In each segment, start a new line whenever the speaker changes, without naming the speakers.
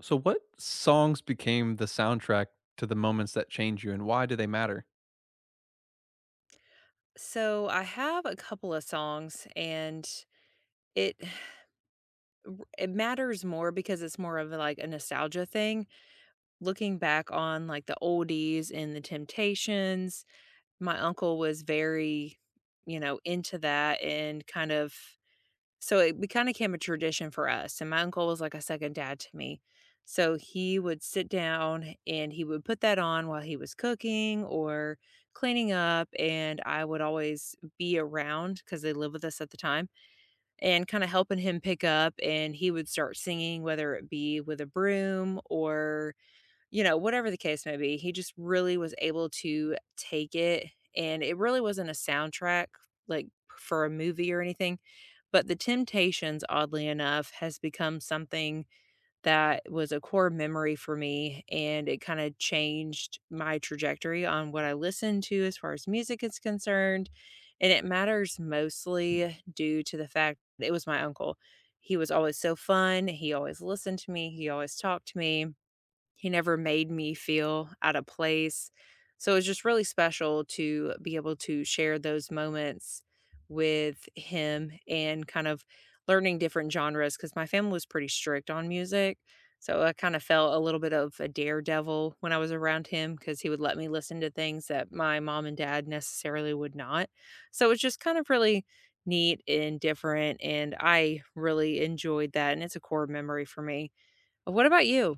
So what songs became the soundtrack to the moments that change you and why do they matter?
So I have a couple of songs and it it matters more because it's more of like a nostalgia thing. Looking back on like the oldies and the Temptations, my uncle was very into that and kind of so it kind of became a tradition for us, and my uncle was like a second dad to me. So he would sit down and he would put that on while he was cooking or cleaning up, and I would always be around because they lived with us at the time and kind of helping him pick up. And he would start singing, whether it be with a broom or whatever the case may be, he just really was able to take it, and it really wasn't a soundtrack, like, for a movie or anything, but The Temptations, oddly enough, has become something that was a core memory for me, and it kinda changed my trajectory on what I listen to as far as music is concerned, and it matters mostly due to the fact that it was my uncle. He was always so fun, he always listened to me, he always talked to me. He never made me feel out of place. So it was just really special to be able to share those moments with him and kind of learning different genres because my family was pretty strict on music. So I kind of felt a little bit of a daredevil when I was around him because he would let me listen to things that my mom and dad necessarily would not. So it was just kind of really neat and different. And I really enjoyed that. And it's a core memory for me. What about you?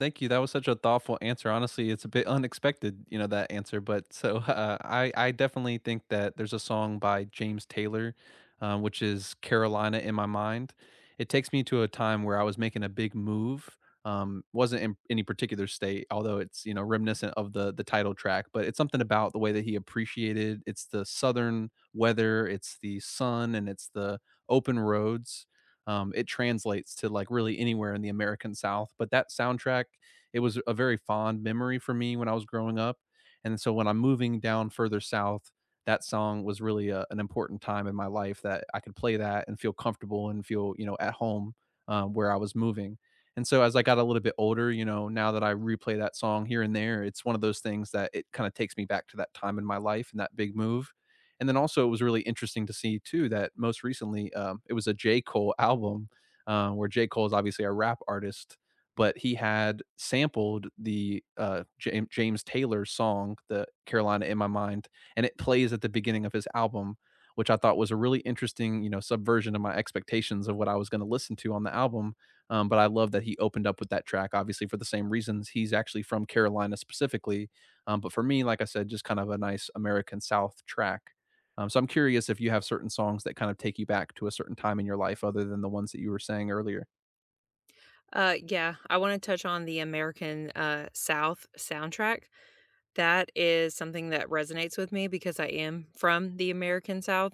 Thank you. That was such a thoughtful answer. Honestly, it's a bit unexpected, you know, that answer. But I definitely think that there's a song by James Taylor, which is Carolina in My Mind. It takes me to a time where I was making a big move. Wasn't in any particular state, although it's you know reminiscent of the title track. But it's something about the way that he appreciated. It's the southern weather, it's the sun, and it's the open roads. It translates to like really anywhere in the American South. But that soundtrack, it was a very fond memory for me when I was growing up. And so when I'm moving down further south, that song was really a, an important time in my life that I could play that and feel comfortable and feel, you know, at home, where I was moving. And so as I got a little bit older, you know, now that I replay that song here and there, it's one of those things that it kind of takes me back to that time in my life and that big move. And then also, it was really interesting to see too that most recently, it was a J. Cole album, where J. Cole is obviously a rap artist, but he had sampled the James Taylor song, "The Carolina in My Mind," and it plays at the beginning of his album, which I thought was a really interesting, you know, subversion of my expectations of what I was going to listen to on the album. But I love that he opened up with that track, obviously for the same reasons. He's actually from Carolina specifically, but for me, like I said, just kind of a nice American South track. So I'm curious if you have certain songs that kind of take you back to a certain time in your life, other than the ones that you were saying earlier.
Yeah, I want to touch on the American South soundtrack. That is something that resonates with me because I am from the American South,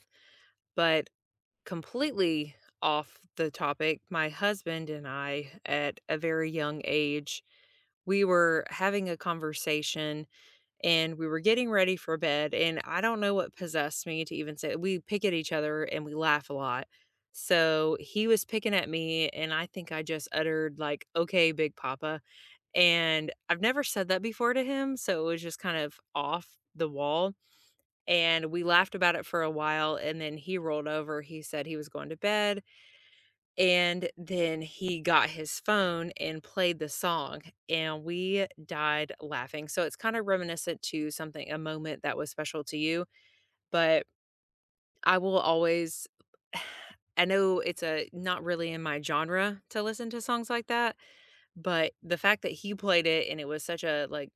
but completely off the topic. My husband and I, at a very young age, we were having a conversation and we were getting ready for bed. And I don't know what possessed me to even say, we pick at each other and we laugh a lot. So he was picking at me, and I think I just uttered, like, okay, Big Papa, and I've never said that before to him, so it was just kind of off the wall, and we laughed about it for a while, and then he rolled over, he said he was going to bed, and then he got his phone and played the song, and we died laughing, so it's kinda reminiscent to something a moment that was special to you, but I will always I know it's a not really in my genre to listen to songs like that, but the fact that he played it and it was such a, like,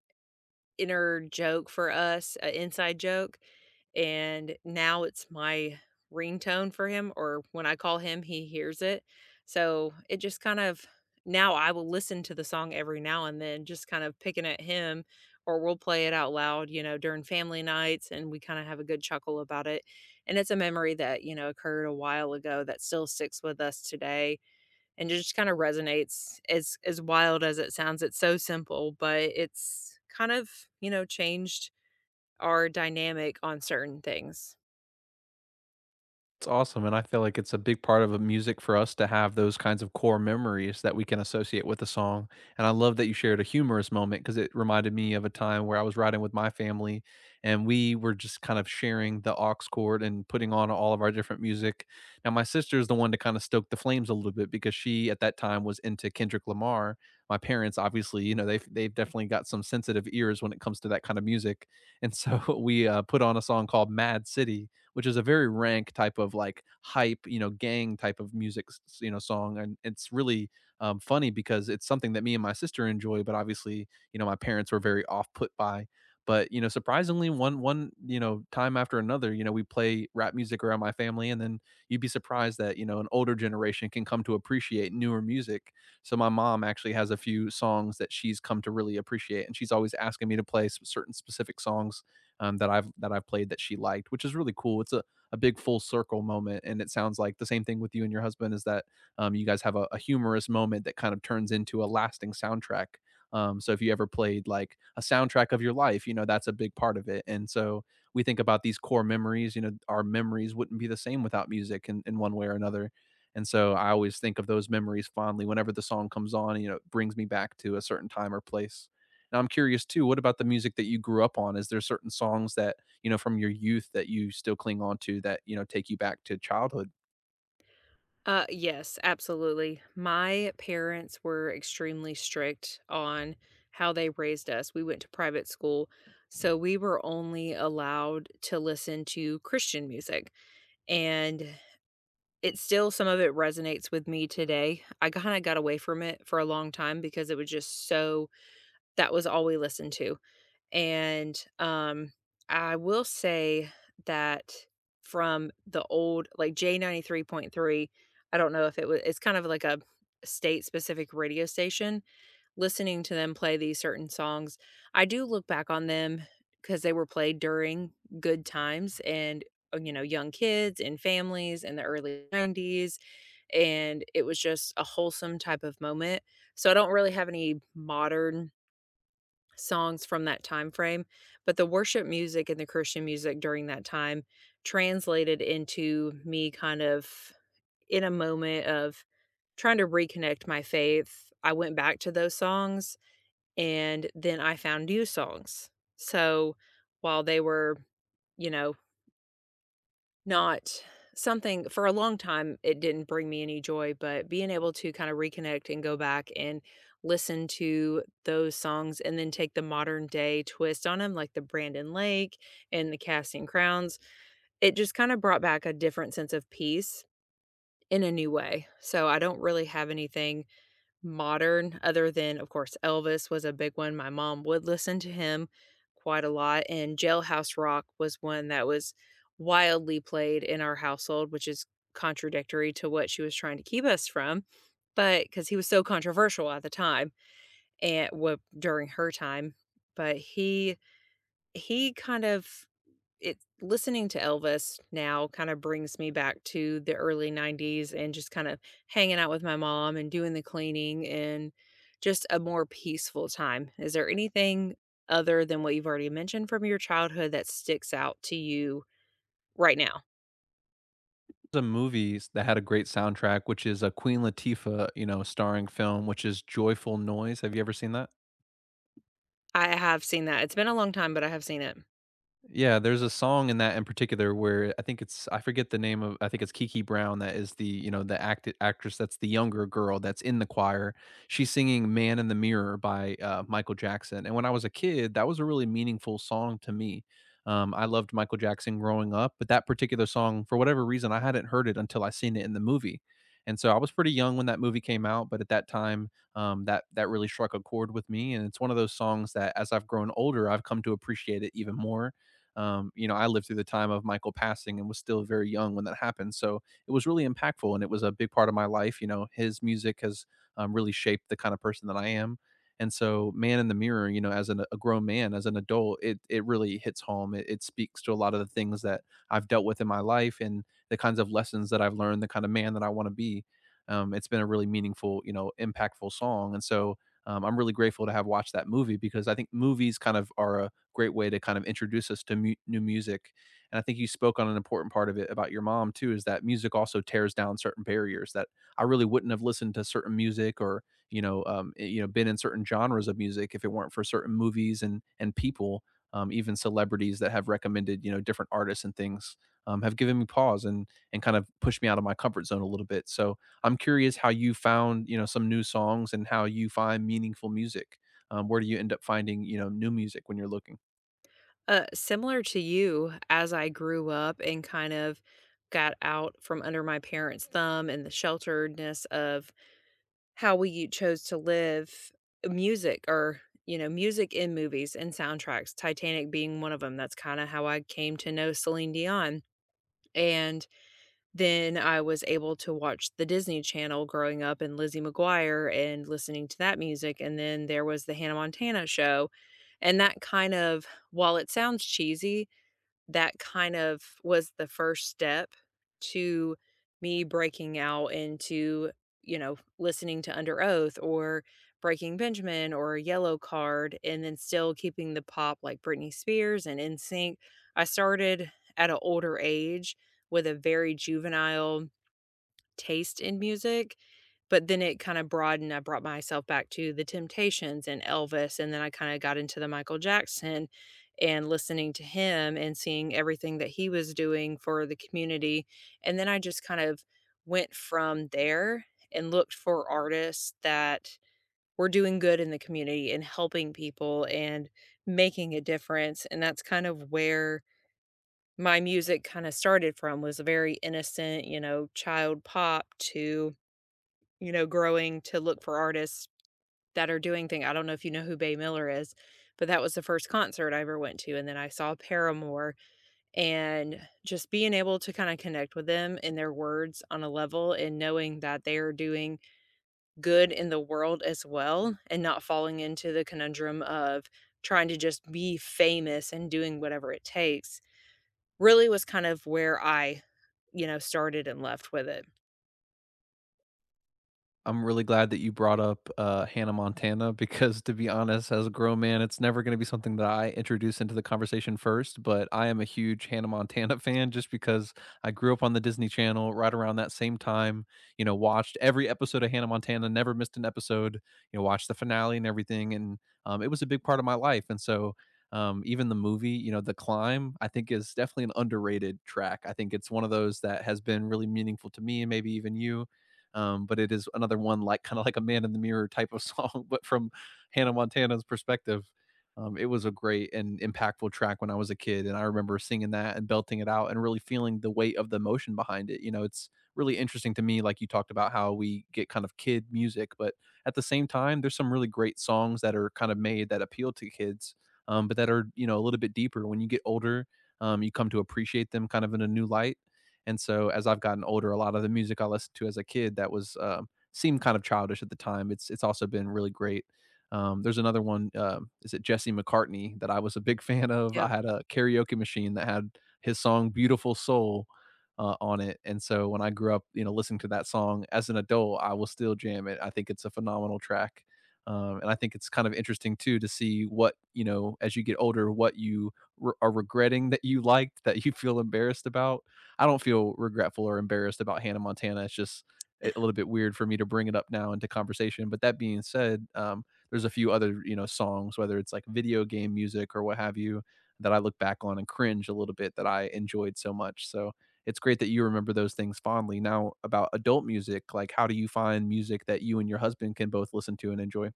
inner joke for us, an inside joke, and now it's my ringtone for him, or when I call him, he hears it. So it just kind of now I will listen to the song every now and then, just kind of picking at him, or we'll play it out loud, during family nights, and we kind of have a good chuckle about it. And it's a memory that occurred a while ago that still sticks with us today, and it just kind of resonates. As wild as it sounds, it's so simple, but it's kind of changed our dynamic on certain things.
It's awesome, and I feel like it's a big part of, music for us to have those kinds of core memories that we can associate with a song, and I love that you shared a humorous moment because it reminded me of a time where I was riding with my family, and we were just kind of sharing the aux cord and putting on all of our different music. Now my sister is the one to kinda stoke the flames a little bit because she, at that time, was into Kendrick Lamar. My parents, obviously, you know, they've definitely got some sensitive ears when it comes to that kind of music, and so we, put on a song called Mad City, which is a very rank type of like hype, you know, gang type of music, you know, song. And it's really funny because it's something that me and my sister enjoy, but obviously, you know, my parents were very off put by. But you know, surprisingly, one you know time after another, you know, we play rap music around my family, and then you'd be surprised that you know an older generation can come to appreciate newer music. So my mom actually has a few songs that she's come to really appreciate, and she's always asking me to play certain specific songs, that I've played that she liked, which is really cool. It's a big full circle moment, and it sounds like the same thing with you and your husband is that, you guys have a humorous moment that kind of turns into a lasting soundtrack. So if you ever played like a soundtrack of your life, you know that's a big part of it. And so we think about these core memories. You know, our memories wouldn't be the same without music in one way or another. And so I always think of those memories fondly whenever the song comes on. You know, it brings me back to a certain time or place. And I'm curious too, what about the music that you grew up on? Is there certain songs that, you know, from your youth that you still cling on to that, you know, take you back to childhood?
Yes, absolutely. My parents were extremely strict on how they raised us. We went to private school, so we were only allowed to listen to Christian music. And it still, some of it resonates with me today. I kind of got away from it for a long time because it was just so. That was all we listened to, and, I will say that from the old, like, J93.3, I don't know if it was. It's kind of like a state-specific radio station, listening to them play these certain songs, I do look back on them because they were played during good times and, young kids and families in the early '90s, and it was just a wholesome type of moment, so I don't really have any modern songs from that time frame, but the worship music and the Christian music during that time translated into me kind of in a moment of trying to reconnect my faith. I went back to those songs and then I found new songs. So while they were, you know, not something for a long time, it didn't bring me any joy, but being able to kind of reconnect and go back and listen to those songs and then take the modern day twist on them, like the Brandon Lake and the Casting Crowns, it just kind of brought back a different sense of peace in a new way. So I don't really have anything modern, other than, of course, Elvis was a big one. My mom would listen to him quite a lot, and Jailhouse Rock was one that was wildly played in our household, which is contradictory to what she was trying to keep us from, but because he was so controversial at the time and, well, during her time, but he kind of it listening to Elvis now kind of brings me back to the early '90s and just kind of hanging out with my mom and doing the cleaning and just a more peaceful time. Is there anything other than what you've already mentioned from your childhood that sticks out to you right now?
Some movies that had a great soundtrack, which is a Queen Latifah, you know, starring film, which is Joyful Noise. Have you ever seen that?
I have seen that. It's been a long time, but I have seen it.
Yeah, there's a song in that in particular where I think it's I forget the name of I think it's Kiki Brown that is the, you know, the actress that's the younger girl that's in the choir. She's singing Man in the Mirror by Michael Jackson. And when I was a kid, that was a really meaningful song to me. I loved Michael Jackson growing up, but that particular song, for whatever reason, I hadn't heard it until I seen it in the movie. And so I was pretty young when that movie came out, but at that time, that really struck a chord with me. And it's one of those songs that, as I've grown older, I've come to appreciate it even more. You know, I lived through the time of Michael passing and was still very young when that happened. So it was really impactful and it was a big part of my life. You know, his music has, really shaped the kind of person that I am. And so, Man in the Mirror, you know, as an, a grown man, as an adult, it really hits home. It speaks to a lot of the things that I've dealt with in my life and the kinds of lessons that I've learned, the kind of man that I want to be. It's been a really meaningful, you know, impactful song. And so, I'm really grateful to have watched that movie because I think movies kind of are a great way to kind of introduce us to new music. And I think you spoke on an important part of it about your mom too, is that music also tears down certain barriers that I really wouldn't have listened to certain music or you know you know been in certain genres of music if it weren't for certain movies and people. Even celebrities that have recommended you know different artists and things, have given me pause and kind of pushed me out of my comfort zone a little bit. So I'm curious how you found you know some new songs and how you find meaningful music. Where do you end up finding you know new music when you're looking?
Similar to you, as I grew up and kind of got out from under my parents' thumb and the shelteredness of how we you chose to live, music or, music in movies and soundtracks, Titanic being one of them. That's kinda how I came to know Celine Dion, and then I was able to watch the Disney Channel growing up and Lizzie McGuire and listening to that music, and then there was the Hannah Montana show, and that kind of while it sounds cheesy, that kind of was the first step to me breaking out into listening to Under Oath or Breaking Benjamin or Yellow Card and then still keeping the pop like Britney Spears and N Sync. I started at an older age with a very juvenile taste in music, but then it kinda broadened. I brought myself back to The Temptations and Elvis, and then I kinda got into the Michael Jackson and listening to him and seeing everything that he was doing for the community, and then I just kind of went from there and looked for artists that were doing good in the community and helping people and making a difference, and that's kind of where my music kinda started from, was very innocent, child pop to growing to look for artists that are doing things. I don't know if you know who Bay Miller is, but that was the first concert I ever went to, and then I saw Paramore, and just being able to kinda connect with them and their words on a level and knowing that they are doing good in the world as well, and not falling into the conundrum of trying to just be famous and doing whatever it takes, really was kind of where I started and left with it.
I'm really glad that you brought up, Hannah Montana because to be honest, as a grown man, it's never gonna be something that I introduce into the conversation first, but I am a huge Hannah Montana fan just because I grew up on the Disney Channel right around that same time, you know, watched every episode of Hannah Montana, never missed an episode, you know, watched the finale and everything, and, it was a big part of my life, and so, even the movie, you know, The Climb, I think is definitely an underrated track. I think it's one of those that has been really meaningful to me and maybe even you, but it is another one like kind of like a man in the mirror type of song, but from Hannah Montana's perspective. It was a great and impactful track when I was a kid, and I remember singing that and belting it out and really feeling the weight of the emotion behind it. You know, it's really interesting to me, like you talked about how we get kind of kid music, but at the same time, there's some really great songs that are kind of made that appeal to kids, but that are you know a little bit deeper. When you get older, you come to appreciate them kind of in a new light, and so as I've gotten older, a lot of the music I listened to as a kid that was seemed kind of childish at the time. It's also been really great. There's another one. Um, is it Jesse McCartney that I was a big fan of? I
Yep.
had a karaoke machine that had his song "Beautiful Soul" on it, and so when I grew up, you know, listening to that song as an adult, I will still jam it. I think it's a phenomenal track, and I think it's kind of interesting too to see what you know as you get older, what you are regretting that you liked that you feel embarrassed about. I don't feel regretful or embarrassed about Hannah Montana. It's just a little bit weird for me to bring it up now into conversation. But that being said, there's a few other you know songs, whether it's like video game music or what have you, that I look back on and cringe a little bit that I enjoyed so much. So it's great that you remember those things fondly. Now about adult music, like how do you find music that you and your husband can both listen to and enjoy?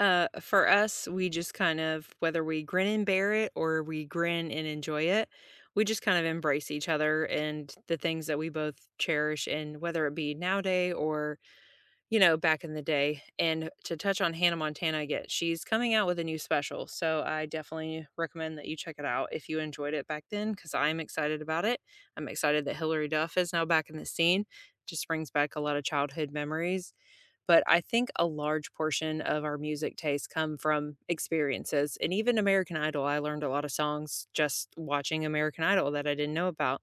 For us, we just kind of whether we grin and bear it or we grin and enjoy it, we just kind of embrace each other and the things that we both cherish and whether it be nowadays or back in the day. And to touch on Hannah Montana again, she's coming out with a new special. So I definitely recommend that you check it out if you enjoyed it back then, because I'm excited about it. I'm excited that Hillary Duff is now back in the scene. Just brings back a lot of childhood memories, but I think a large portion of our music tastes come from experiences, and even American Idol, I learned a lot of songs just watching American Idol that I didn't know about.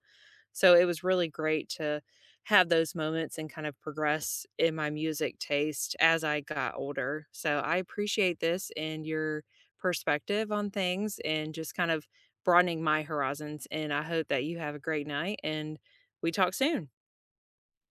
So it was really great to have those moments and kind of progress in my music taste as I got older. So I appreciate this and your perspective on things and just kind of broadening my horizons. And I hope that you have a great night and we talk soon.